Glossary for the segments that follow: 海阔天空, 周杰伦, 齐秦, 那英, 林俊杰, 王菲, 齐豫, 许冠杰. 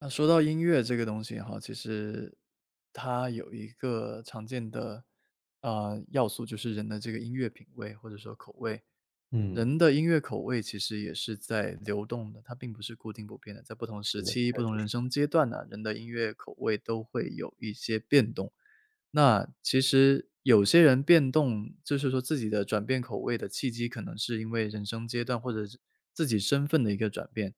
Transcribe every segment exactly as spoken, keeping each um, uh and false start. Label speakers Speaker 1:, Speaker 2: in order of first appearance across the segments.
Speaker 1: 那说到音乐这个东西哈，其实它有一个常见的啊要素，就是人的这个音乐品味或者说口味。
Speaker 2: 嗯，
Speaker 1: 人的音乐口味其实也是在流动的，它并不是固定不变的。在不同时
Speaker 2: 是的，
Speaker 1: 期、
Speaker 2: 确
Speaker 1: 不同
Speaker 2: 实
Speaker 1: 人
Speaker 2: 是。
Speaker 1: 生阶段呢、人的音乐口味都会有一些变动。那其实有些人变动，就是说自己的转变口味的契机，可能是因为人生阶段或者是自己身份的一个转变，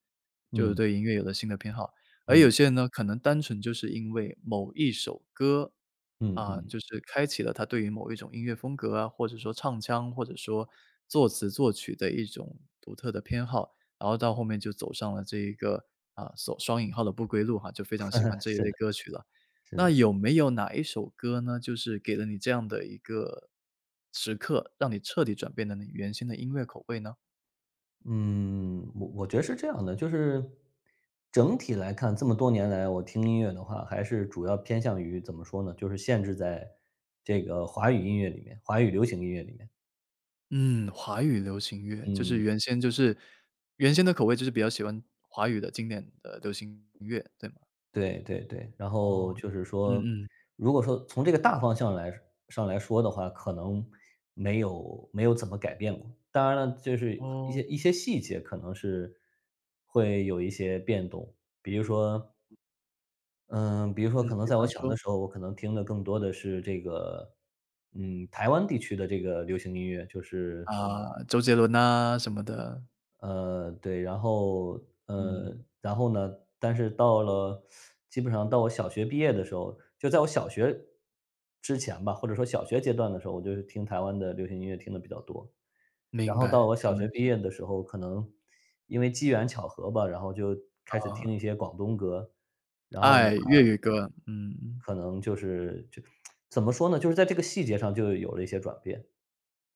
Speaker 1: 就是
Speaker 2: 嗯
Speaker 1: 对音乐有了新的偏好。而
Speaker 2: 嗯
Speaker 1: 有些人呢，可能单纯就是因为某一首歌，
Speaker 2: 嗯
Speaker 1: 啊，
Speaker 2: 嗯，
Speaker 1: 就是开启了他对于某一种音乐风格啊，或者说唱腔，或者说作词作曲的一种独特的偏好，然后到后面就走上了这一个啊所双引号的不归路哈，就非常喜欢 这一
Speaker 2: 是
Speaker 1: 类
Speaker 2: 的，
Speaker 1: 歌曲了。
Speaker 2: 是
Speaker 1: 那
Speaker 2: 的。
Speaker 1: 有没有哪一首歌呢，就是给了你这样的一个时刻，让你彻底转变了你原先的音乐口味呢？
Speaker 2: 嗯，我我觉得是这样的，就是整体来看，这么多年来，我听音乐的话，还是主要偏向于怎么说呢，就是限制在这个华语音乐里面，华语流行音乐里面。
Speaker 1: 嗯，华语流行乐，就是
Speaker 2: 嗯。
Speaker 1: 原先就是原先的口味就是比较喜欢华语的经典的流行乐，对吗？
Speaker 2: 对对对，然后
Speaker 1: 哦，
Speaker 2: 就是说，
Speaker 1: 嗯嗯，
Speaker 2: 如果说从这个大方向来上来说的话，可能没有没有怎么改变过。当然了，就是一些
Speaker 1: 哦，
Speaker 2: 一些细节可能是会有一些变动，比如说，嗯，比如说
Speaker 1: 嗯，
Speaker 2: 可能
Speaker 1: 比
Speaker 2: 在我
Speaker 1: 方
Speaker 2: 小
Speaker 1: 说，
Speaker 2: 的时候，我可能听的更多的是这个，嗯，台湾地区的这个流行音乐，就是
Speaker 1: 啊，周杰伦呐什么的，
Speaker 2: 呃，对，然后呃，
Speaker 1: 嗯，
Speaker 2: 然后呢，但是到了基本上到我小学毕业的时候，就在我小学之前吧，或者说小学阶段的时候，我就是听台湾的流行音乐听的比较多。然
Speaker 1: 明
Speaker 2: 后到
Speaker 1: 白，
Speaker 2: 我
Speaker 1: 台
Speaker 2: 小
Speaker 1: 湾
Speaker 2: 学
Speaker 1: 流
Speaker 2: 毕
Speaker 1: 行，
Speaker 2: 业的时候，可能因为机缘巧合吧，然后就开始听
Speaker 1: 啊，
Speaker 2: 一些广东歌，然后呢，
Speaker 1: 爱粤语歌，嗯。
Speaker 2: 可能就是就 怎么说呢，就是在这个细节上就有了一些转变。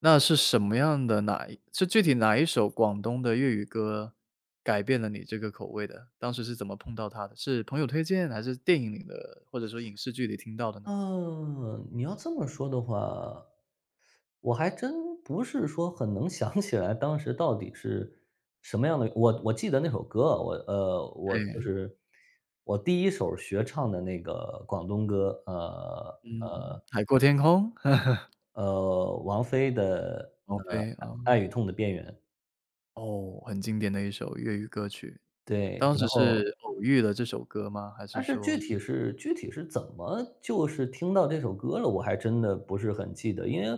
Speaker 1: 那是什么样的哪一是具体哪一首广东的粤语歌改变了你这个口味的？当时是怎么碰到它的？是朋友推荐还是电影里的，或者说影视剧里听到的呢？
Speaker 2: 嗯，你要这么说的话，我还真不是说很能想起来当时到底是什么样的。我我记得那首歌，我呃，我就
Speaker 1: 对，
Speaker 2: 是我第一首学唱的那个广东歌，呃
Speaker 1: 嗯，《海阔天空》
Speaker 2: 呃，王菲的
Speaker 1: 王
Speaker 2: 呃
Speaker 1: 菲啊，
Speaker 2: 《爱与痛的边缘》。
Speaker 1: 哦，很经典的一首粤语歌曲。
Speaker 2: 对，
Speaker 1: 当时
Speaker 2: 然后
Speaker 1: 是偶遇了这首歌吗？还是
Speaker 2: 但是具
Speaker 1: 说
Speaker 2: 体是具体是怎么就是听到这首歌了，我还真的不是很记得。因为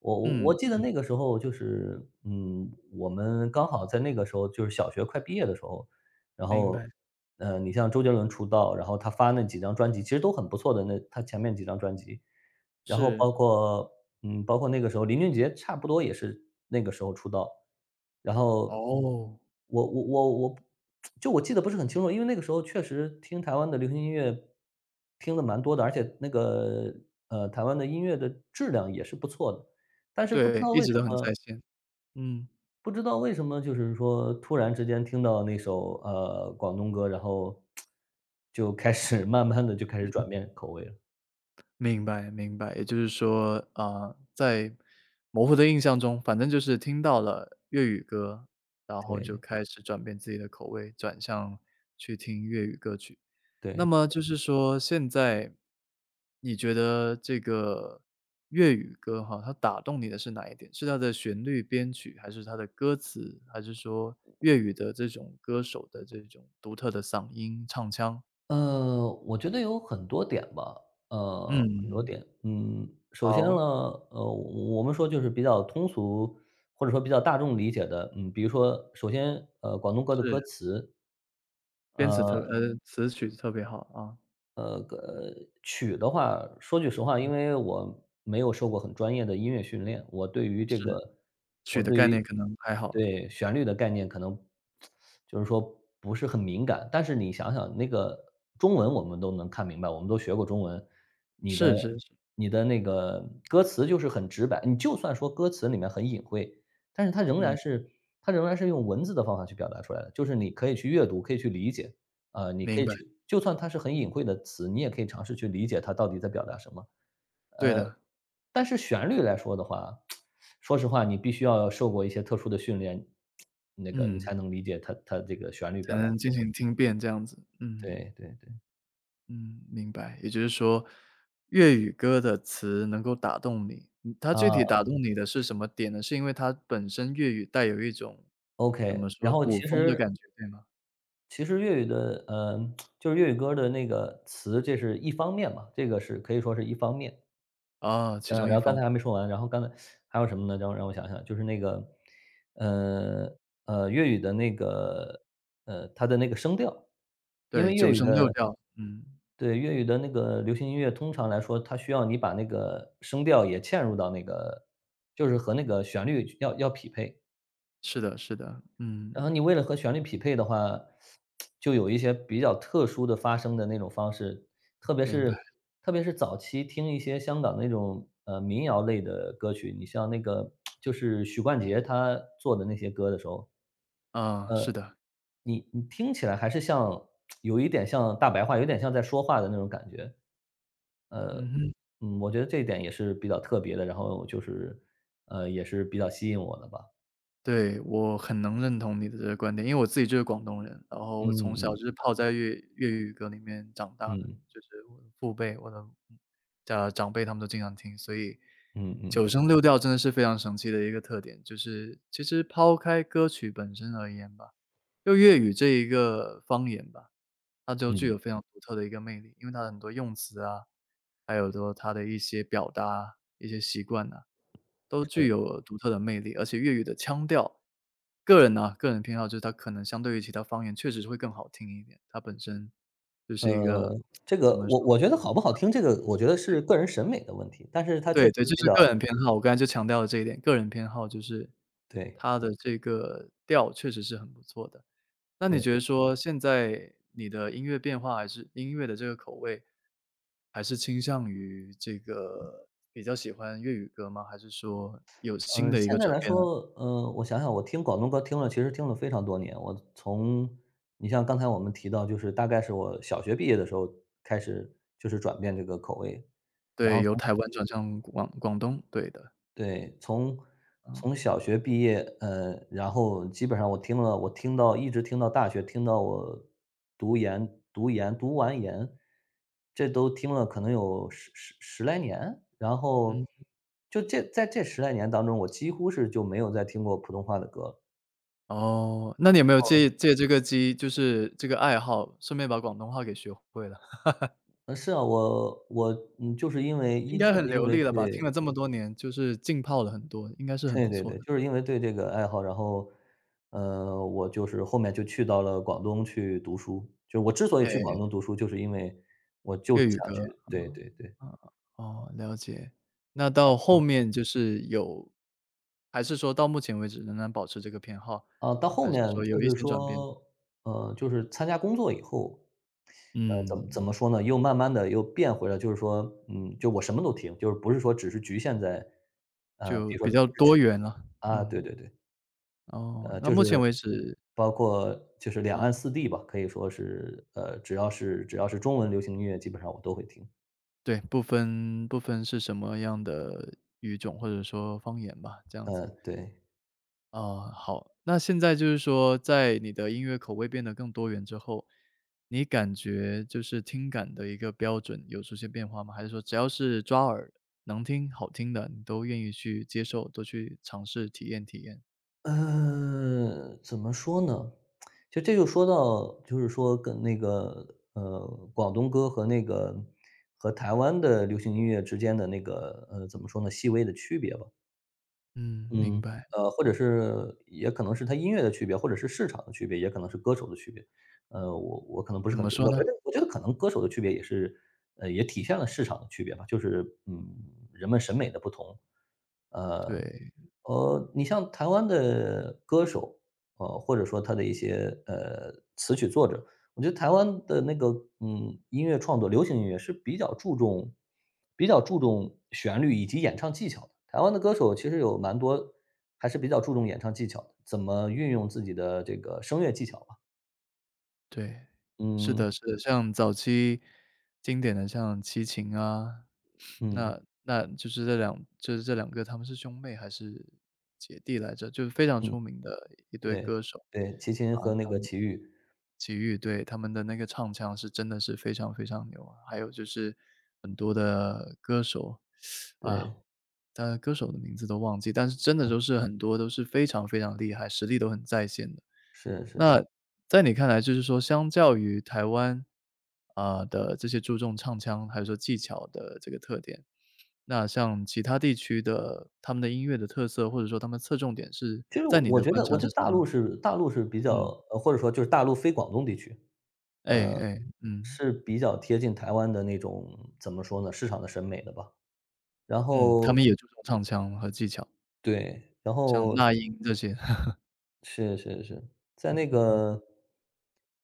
Speaker 2: 我我我
Speaker 1: 嗯，
Speaker 2: 记得
Speaker 1: 嗯。
Speaker 2: 那个时候就是，嗯，我们刚好在那个时候就是小学快毕业的时候，然
Speaker 1: 明白，
Speaker 2: 后，呃，你像周杰伦出道，然后他发那几张专辑，其实都很不错的，那他前面几张专辑。然后
Speaker 1: 是。
Speaker 2: 包括嗯，包括那个时候林俊杰差不多也是那个时候出道。然后
Speaker 1: 哦，
Speaker 2: 我我我我就我记得不是很清楚，因为那个时候确实听台湾的流行音乐听的蛮多的，而且那个，呃，台湾的音乐的质量也是不错的。但是不知
Speaker 1: 对，
Speaker 2: 道
Speaker 1: 一
Speaker 2: 为什
Speaker 1: 直都很在
Speaker 2: 么
Speaker 1: 线，嗯。
Speaker 2: 不知道为什么就是说突然之间听到那首，呃，广东歌，然后就开始 慢慢的就开始转变口味了，
Speaker 1: 明白明白，也就是说，啊，在模糊的印象中，反正就是听到了粤语歌，然后就
Speaker 2: 对，
Speaker 1: 开始转变自己的口味，转向去听粤语歌曲。那
Speaker 2: 对。
Speaker 1: 么就是说，现在你觉得这个粤语歌哈，它打动你的是哪一点？是它的旋律编曲，还是它的歌词，还是说粤语的这种歌手的这种独特的嗓音唱腔？
Speaker 2: 呃，我觉得有很多点吧，嗯呃，很多
Speaker 1: 嗯，
Speaker 2: 点。嗯，首先呢，
Speaker 1: 好，
Speaker 2: 呃，我们说就是比较通俗或者说比较大众理解的，嗯，比如说首先，呃，广东歌的歌
Speaker 1: 是。
Speaker 2: 词，
Speaker 1: 编词特
Speaker 2: 呃
Speaker 1: 呃，词曲特别好啊，
Speaker 2: 呃呃，个曲的话，说句实话，
Speaker 1: 嗯，
Speaker 2: 因为我没有受过很专业的音乐训练，我对于这
Speaker 1: 是，
Speaker 2: 个
Speaker 1: 曲
Speaker 2: 我
Speaker 1: 的
Speaker 2: 对
Speaker 1: 概
Speaker 2: 于
Speaker 1: 念可能还好，
Speaker 2: 对，旋律的概念可能就是说不是很敏感。但是你想想那个中文我们都能看明白，我们都学过中文，你的
Speaker 1: 是是是，
Speaker 2: 你的那个歌词就是很直白，你就算说歌词里面很隐晦，但是它仍
Speaker 1: 嗯，
Speaker 2: 然是它仍然是用文字的方法去表达出来的，就是你可以去阅读，可以去理解。呃，你可
Speaker 1: 明
Speaker 2: 以
Speaker 1: 白，
Speaker 2: 去就算它是很隐晦的词，你也可以尝试去理解它到底在表达什么。
Speaker 1: 对
Speaker 2: 呃，
Speaker 1: 的，
Speaker 2: 但是旋律来说的话，说实话，你必须要受过一些特殊的训练，那个你
Speaker 1: 嗯，
Speaker 2: 才能理解它它这个旋律
Speaker 1: 才
Speaker 2: 表达
Speaker 1: 能进行听辨这样子，嗯，
Speaker 2: 对对对，
Speaker 1: 嗯，明白。也就是说，粤语歌的词能够打动你。嗯它
Speaker 2: 啊
Speaker 1: 具体打动你的是什么点呢？是因为它本身粤语带有一种，怎
Speaker 2: ，OK，
Speaker 1: 么
Speaker 2: 然
Speaker 1: 说，
Speaker 2: 后
Speaker 1: 古
Speaker 2: 其
Speaker 1: 风的
Speaker 2: 实
Speaker 1: 感觉，对吗？
Speaker 2: 其实粤语的，呃，就是粤语歌的那个词，这是一方面嘛，这个是可以说是一方面。
Speaker 1: 啊，其
Speaker 2: 嗯，
Speaker 1: 中一
Speaker 2: 然后
Speaker 1: 方
Speaker 2: 刚
Speaker 1: 面，
Speaker 2: 才还没说完，然后刚才还有什么呢？让我让我想想，就是那个，呃，呃，粤语的那个，呃，它的那个声调，因
Speaker 1: 对，
Speaker 2: 为粤
Speaker 1: 九
Speaker 2: 语
Speaker 1: 声六
Speaker 2: 的
Speaker 1: 调，嗯，
Speaker 2: 对，粤语的那个流行音乐，通常来说，它需要你把那个声调也嵌入到那个就是和那个旋律要要匹配。
Speaker 1: 是的是的，嗯，
Speaker 2: 然后你为了和旋律匹配的话，就有一些比较特殊的发声的那种方式，特别
Speaker 1: 明白，
Speaker 2: 是特别是早期听一些香港那种，呃，民谣类的歌曲，你像那个就是许冠杰他做的那些歌的时候，
Speaker 1: 啊，是的，
Speaker 2: 你你听起来还是像有一点像大白话，有点像在说话的那种感觉。呃，
Speaker 1: 嗯哼。
Speaker 2: 嗯，我觉得这一点也是比较特别的，然后就是，呃，也是比较吸引我的吧。
Speaker 1: 对，我很能认同你的这个观点，因为我自己就是广东人，然后我从小
Speaker 2: 嗯嗯
Speaker 1: 就是泡在粤粤语歌里面长大的，
Speaker 2: 嗯
Speaker 1: 就是我的父辈、我的家长辈他们都经常听，所以
Speaker 2: 嗯
Speaker 1: 九
Speaker 2: 嗯
Speaker 1: 声六调真的是非常神奇的一个特点。就是其实抛开歌曲本身而言吧，就粤语这一个方言吧，它就具
Speaker 2: 嗯，
Speaker 1: 有非常独特的一个魅力，因为它的很多用词啊，还有说它的一些表达、一些习惯呐，都具
Speaker 2: 是。
Speaker 1: 有独特的魅力。而且粤语的腔调，个人呢，个人偏好就是它可能相对于其他方言确实是会更好听一点，它本身就是一个
Speaker 2: 呃，这
Speaker 1: 怎
Speaker 2: 个
Speaker 1: 么
Speaker 2: 我
Speaker 1: 说
Speaker 2: 我觉得好不好听，这个我觉得是个人审美的问题，但是它确
Speaker 1: 对
Speaker 2: 实
Speaker 1: 对，就
Speaker 2: 比
Speaker 1: 是
Speaker 2: 较
Speaker 1: 个人偏好，我刚才就强调了这一点，个人偏好就是
Speaker 2: 对，
Speaker 1: 它的这个调确实是很不错的。那你
Speaker 2: 对，
Speaker 1: 觉得说现在你的音乐变化还是音乐的这个口味，还是倾向于这个比较喜欢粤语歌吗？还是说有新
Speaker 2: 嗯，
Speaker 1: 的一个
Speaker 2: 现在
Speaker 1: 转
Speaker 2: 来
Speaker 1: 变呢？
Speaker 2: 说，呃，我想想，我听广东歌听了其实听了非常多年，我从你像刚才我们提到，就是大概是我小学毕业的时候开始就是转变这个口味，然
Speaker 1: 对，
Speaker 2: 后
Speaker 1: 由
Speaker 2: 从
Speaker 1: 台湾转向广广东，对的，
Speaker 2: 对，从
Speaker 1: 嗯，
Speaker 2: 从小学毕业，呃，然后基本上我听了我听到一直听到大学，听到我读研读研读完研，这都听了可能有十十十来年，然
Speaker 1: 嗯，
Speaker 2: 后就这在这十来年当中，我几乎是就没有再听过普通话的歌了
Speaker 1: 哦，那你有没有借借这个机就是这个爱好，顺便把广东话给学会了？
Speaker 2: 呃，是啊，我我嗯，就是因为
Speaker 1: 应
Speaker 2: 一
Speaker 1: 该
Speaker 2: 就
Speaker 1: 很
Speaker 2: 是因
Speaker 1: 流
Speaker 2: 为
Speaker 1: 利了吧？听了
Speaker 2: 对。
Speaker 1: 这么多年，就是浸泡了很多，应该是很
Speaker 2: 对
Speaker 1: 不
Speaker 2: 对
Speaker 1: 错
Speaker 2: 对，
Speaker 1: 的。
Speaker 2: 就是因为对这个爱好，然后，呃，我就是后面就去到了广东去读书。就我之所以
Speaker 1: 哎，
Speaker 2: 去广东读书，就是因为我就
Speaker 1: 粤
Speaker 2: 是
Speaker 1: 语
Speaker 2: 想
Speaker 1: 歌。
Speaker 2: 去对对对。
Speaker 1: 啊，哦，了解。那到后面就是有还是说到目前为止仍然保持这个偏好，
Speaker 2: 啊，到后
Speaker 1: 还是
Speaker 2: 面
Speaker 1: 说
Speaker 2: 就
Speaker 1: 有一
Speaker 2: 是
Speaker 1: 些转变？
Speaker 2: 说，呃，就是参加工作以后，呃，怎
Speaker 1: 嗯，
Speaker 2: 么怎么说呢，又慢慢的又变回了就是说，嗯，就我什么都听，就是不是说只是局限在，呃，
Speaker 1: 就
Speaker 2: 比如
Speaker 1: 比
Speaker 2: 说
Speaker 1: 较多元了。
Speaker 2: 啊，对
Speaker 1: 嗯，
Speaker 2: 对对。
Speaker 1: 哦，
Speaker 2: 呃，
Speaker 1: 那
Speaker 2: 就
Speaker 1: 目
Speaker 2: 是
Speaker 1: 前为止，
Speaker 2: 包括就是两岸
Speaker 1: 啊，
Speaker 2: 四地吧，可以说是，呃，只要是只要是中文流行音乐，基本上我都会听。
Speaker 1: 对，不分不分是什么样的语种或者说方言吧，这样
Speaker 2: 呃，
Speaker 1: 子。
Speaker 2: 对。
Speaker 1: 哦，好，那现在就是说，在你的音乐口味变得更多元之后，你感觉就是听感的一个标准有出现变化吗？还是说只要是抓耳、能听、好听的，你都愿意去接受，都去尝试体验体验？
Speaker 2: 呃，怎么说呢？就这就说到就是说跟那个，呃，广东歌和那个和台湾的流行音乐之间的那个，呃，怎么说呢，细微的区别吧。
Speaker 1: 嗯，明
Speaker 2: 嗯，
Speaker 1: 白。
Speaker 2: 呃，或者是也可能是它音乐的区别，或者是市场的区别，也可能是歌手的区别。呃，我我可能不是
Speaker 1: 怎
Speaker 2: 很
Speaker 1: 么
Speaker 2: 觉，
Speaker 1: 说
Speaker 2: 我觉
Speaker 1: 呢？
Speaker 2: 得我觉得可能歌手的区别也是，呃，也体现了市场的区别吧，就是嗯，人们审美的不同。呃，
Speaker 1: 对
Speaker 2: 呃，你像台湾的歌手，呃，或者说他的一些呃词曲作者，我觉得台湾的那个，嗯，音乐创作，流行音乐是比较注重比较注重旋律以及演唱技巧的。台湾的歌手其实有蛮多还是比较注重演唱技巧的，怎么运用自己的这个声乐技巧吧。
Speaker 1: 对，是
Speaker 2: 嗯，
Speaker 1: 的，是的，像早期经典的像齐秦啊，
Speaker 2: 嗯，
Speaker 1: 那那就是这两就是这两个他们是兄妹还是姐弟来着？就是非常
Speaker 2: 嗯，
Speaker 1: 出名的一对
Speaker 2: 对，
Speaker 1: 歌手，
Speaker 2: 对，齐
Speaker 1: 啊，
Speaker 2: 秦和那
Speaker 1: 他
Speaker 2: 个
Speaker 1: 们
Speaker 2: 齐豫，
Speaker 1: 齐豫，对，他们的那个唱腔是真的是非常非常牛啊。还有就是很多的歌手啊，
Speaker 2: 对，
Speaker 1: 他的歌手的名字都忘记，但是真的都是很多都是非常非常厉害，实力都很在线的。
Speaker 2: 是是。
Speaker 1: 那嗯在你看来，就是说相较于台湾，啊，的这些注重唱腔，还有说技巧的这个特点，那像其他地区的他们的音乐的特色，或者说他们侧重点是
Speaker 2: 其实
Speaker 1: 在
Speaker 2: 我
Speaker 1: 你
Speaker 2: 我
Speaker 1: 的
Speaker 2: 觉
Speaker 1: 观
Speaker 2: 得我
Speaker 1: 察
Speaker 2: 觉
Speaker 1: 是
Speaker 2: 得
Speaker 1: 什么
Speaker 2: 大
Speaker 1: 样
Speaker 2: 陆
Speaker 1: 的？
Speaker 2: 是大陆是比较
Speaker 1: 嗯，
Speaker 2: 呃，或者说就是大陆非广东地区，
Speaker 1: 哎哎，嗯，
Speaker 2: 是比较贴近台湾的那种，怎么说呢，市场的审美的吧。然
Speaker 1: 嗯，他们
Speaker 2: 后
Speaker 1: 也注重唱腔和技巧，
Speaker 2: 对，然
Speaker 1: 像
Speaker 2: 后
Speaker 1: 那英这些，
Speaker 2: 是是是，在
Speaker 1: 嗯
Speaker 2: 那
Speaker 1: 哼，
Speaker 2: 个，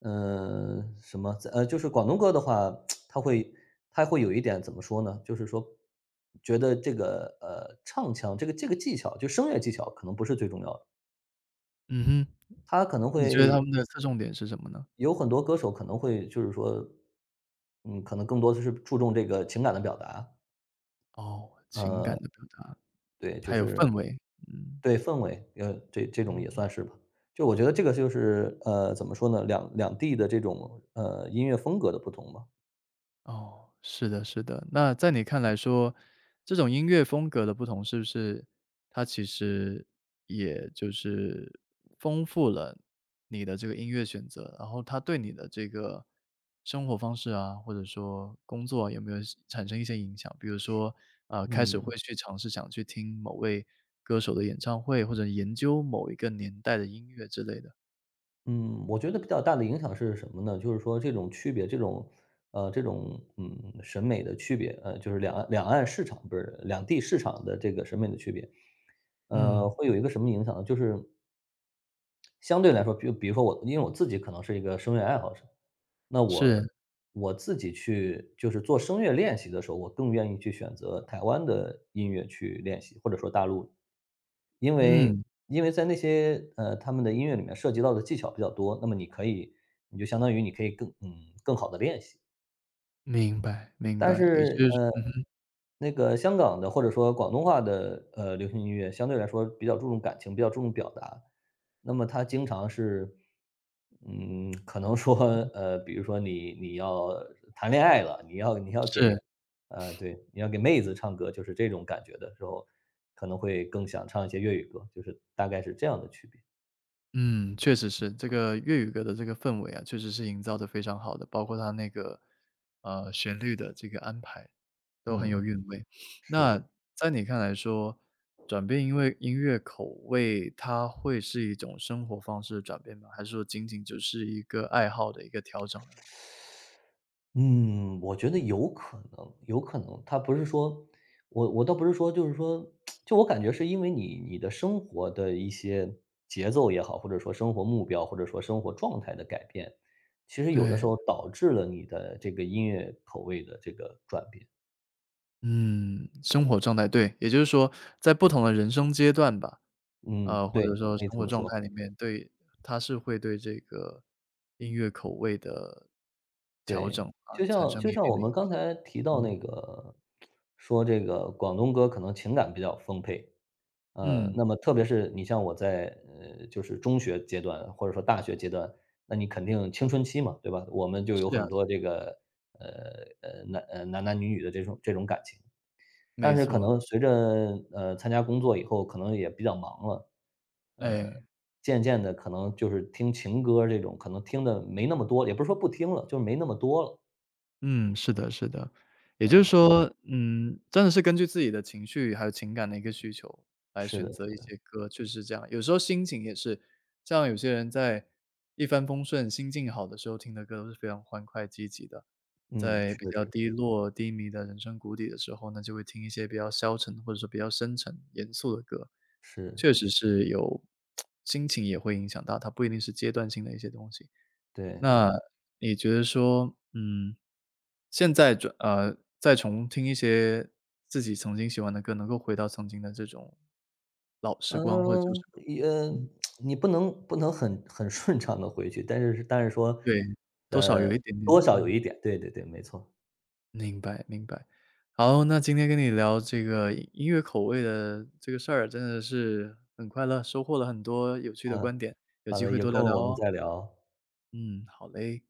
Speaker 2: 呃，什么，在呃，就是广东歌的话，它会它会有一点怎么说呢？就是说，觉得这个呃唱腔，这个这个技巧，就声乐技巧可能不是最重要的，
Speaker 1: 嗯哼，
Speaker 2: 它可能
Speaker 1: 你觉得他
Speaker 2: 会
Speaker 1: 们的侧重点是什么呢？
Speaker 2: 有很多歌手可能会就是说，嗯，可能更多的是注重这个情感的表达，
Speaker 1: 哦，情感
Speaker 2: 呃，
Speaker 1: 的表达，
Speaker 2: 对，就
Speaker 1: 还有
Speaker 2: 是
Speaker 1: 氛围，嗯，
Speaker 2: 对，氛围，呃，这这种也
Speaker 1: 嗯，
Speaker 2: 算是吧。就我觉得这个就是，呃，怎么说呢，两两地的这种，呃，音乐风格的不同吧。
Speaker 1: 哦，是的是的。那在你看来说，这种音乐风格的不同，是不是它其实也就是丰富了你的这个音乐选择，然后它对你的这个生活方式啊，或者说工作啊有没有是产生一些影响？比如说，呃，开始
Speaker 2: 嗯，
Speaker 1: 会去尝试想去听某位歌手的演唱会，或者研究某一个年代的音乐之类的。
Speaker 2: 嗯，我觉得比较大的影响是什么呢？就是说这种区别，这种，呃，这种，嗯，审美的区别，呃，就是两岸两岸市场，不是，两地市场的这个审美的区别。呃，
Speaker 1: 嗯，
Speaker 2: 会有一个什么影响呢？就是相对来说，比如比如说我，因为我自己可能是一个声乐爱好者，那
Speaker 1: 是。
Speaker 2: 我我自己去就是做声乐练习的时候，我更愿意去选择台湾的音乐去练习，或者说大陆，因为
Speaker 1: 嗯，
Speaker 2: 因为在那些呃他们的音乐里面涉及到的技巧比较多，那么你可以，你就相当于你可以更嗯更好的练习。
Speaker 1: 明白明
Speaker 2: 但
Speaker 1: 白，也
Speaker 2: 是，
Speaker 1: 就是
Speaker 2: 呃，
Speaker 1: 嗯
Speaker 2: 那个香港的或者说广东话的，呃，流行音乐相对来说比较注重感情，比较注重表达。那么它经常是，嗯，可能说，
Speaker 1: 哼嗯，
Speaker 2: 呃，比如说你你要谈恋爱了，你要你要
Speaker 1: 是，
Speaker 2: 给呃，对，你要给妹子唱歌，就是这种感觉的时候，可能会更想唱一些粤语歌，就是大概是这样的区别。
Speaker 1: 嗯，确实是，这个粤语歌的这个氛围啊，确实是营造的非常好的，包括它那个，呃，旋律的这个安排都很有
Speaker 2: 嗯，
Speaker 1: 韵味。
Speaker 2: 是
Speaker 1: 那
Speaker 2: 的。
Speaker 1: 在你看来说，转变因为音乐口味，它会是一种生活方式的转变吗？还是说仅仅只是一个爱好的一个调整而已？
Speaker 2: 嗯，我觉得有可能，有可能，他不是说我我倒不是说就是说就我感觉是因为你你的生活的一些节奏也好，或者说生活目标，或者说生活状态的改变，其实有的
Speaker 1: 对，
Speaker 2: 时候导致了你的这个音乐口味的这个转变。
Speaker 1: 嗯，生活状态，对，也就是说在不同的人生阶段吧，
Speaker 2: 嗯，
Speaker 1: 呃，或
Speaker 2: 对，
Speaker 1: 者说
Speaker 2: 可以
Speaker 1: 生
Speaker 2: 这
Speaker 1: 活
Speaker 2: 么
Speaker 1: 状
Speaker 2: 说。
Speaker 1: 态里面，对它是会对这个音乐口味的调
Speaker 2: 对，
Speaker 1: 整啊，
Speaker 2: 就
Speaker 1: 产
Speaker 2: 像
Speaker 1: 生
Speaker 2: 就
Speaker 1: 一
Speaker 2: 像
Speaker 1: 定
Speaker 2: 我
Speaker 1: 的影
Speaker 2: 们刚才提
Speaker 1: 响。
Speaker 2: 到
Speaker 1: 嗯，
Speaker 2: 那个，说这个广东歌可能情感比较丰沛，呃，
Speaker 1: 嗯，
Speaker 2: 那么特别是你像我在，呃，就是中学阶段或者说大学阶段，那你肯定青春期嘛，对吧？我们就有
Speaker 1: 是啊，
Speaker 2: 很
Speaker 1: 是，
Speaker 2: 多这个，呃，呃，男呃，男男女女的这种这种感情。但
Speaker 1: 没
Speaker 2: 是可
Speaker 1: 错，
Speaker 2: 能随着，呃，参加工作以后可能也比较忙了，呃，
Speaker 1: 哎。
Speaker 2: 渐渐的可能就是听情歌这种，可能听的没那么多，也不是说不听了，就是没那么多了。
Speaker 1: 嗯，是的，是的。也就是说，嗯，真的是根据自己的情绪还有情感的一个需求来
Speaker 2: 是的，
Speaker 1: 选择一些歌，确实是这样。有时候心情也是，像有些人在一帆风顺、心境好的时候听的歌都是非常欢快积极的，
Speaker 2: 嗯，
Speaker 1: 在
Speaker 2: 确
Speaker 1: 比较
Speaker 2: 实，
Speaker 1: 低落、低迷的人生谷底的时候呢，就会听一些比较消沉或者说比较深沉、严肃的歌，
Speaker 2: 是，
Speaker 1: 确实
Speaker 2: 是，
Speaker 1: 是有 心情也会影响到它，不一定是阶段性的一些东西。
Speaker 2: 对，
Speaker 1: 那
Speaker 2: 对。
Speaker 1: 你觉得说，嗯，现在转呃，再重听一些自己曾经喜欢的歌，能够回到曾经的这种老时光或者旧时
Speaker 2: 嗯，也
Speaker 1: 光。嗯，
Speaker 2: 你不能不能很很顺畅的回去，但是但是说，
Speaker 1: 对，多少
Speaker 2: 呃，
Speaker 1: 有一点点，
Speaker 2: 多少有
Speaker 1: 嗯，
Speaker 2: 一点，对对对，没错，
Speaker 1: 明白明白。好，那今天跟你聊这个音音乐口味的这个事儿，真的是很快乐，收获了很多有趣的观
Speaker 2: 嗯，
Speaker 1: 点，有
Speaker 2: 好
Speaker 1: 机
Speaker 2: 的，
Speaker 1: 会
Speaker 2: 有
Speaker 1: 多聊
Speaker 2: 空
Speaker 1: 聊
Speaker 2: 我们
Speaker 1: 哦。
Speaker 2: 再聊。
Speaker 1: 嗯，好嘞。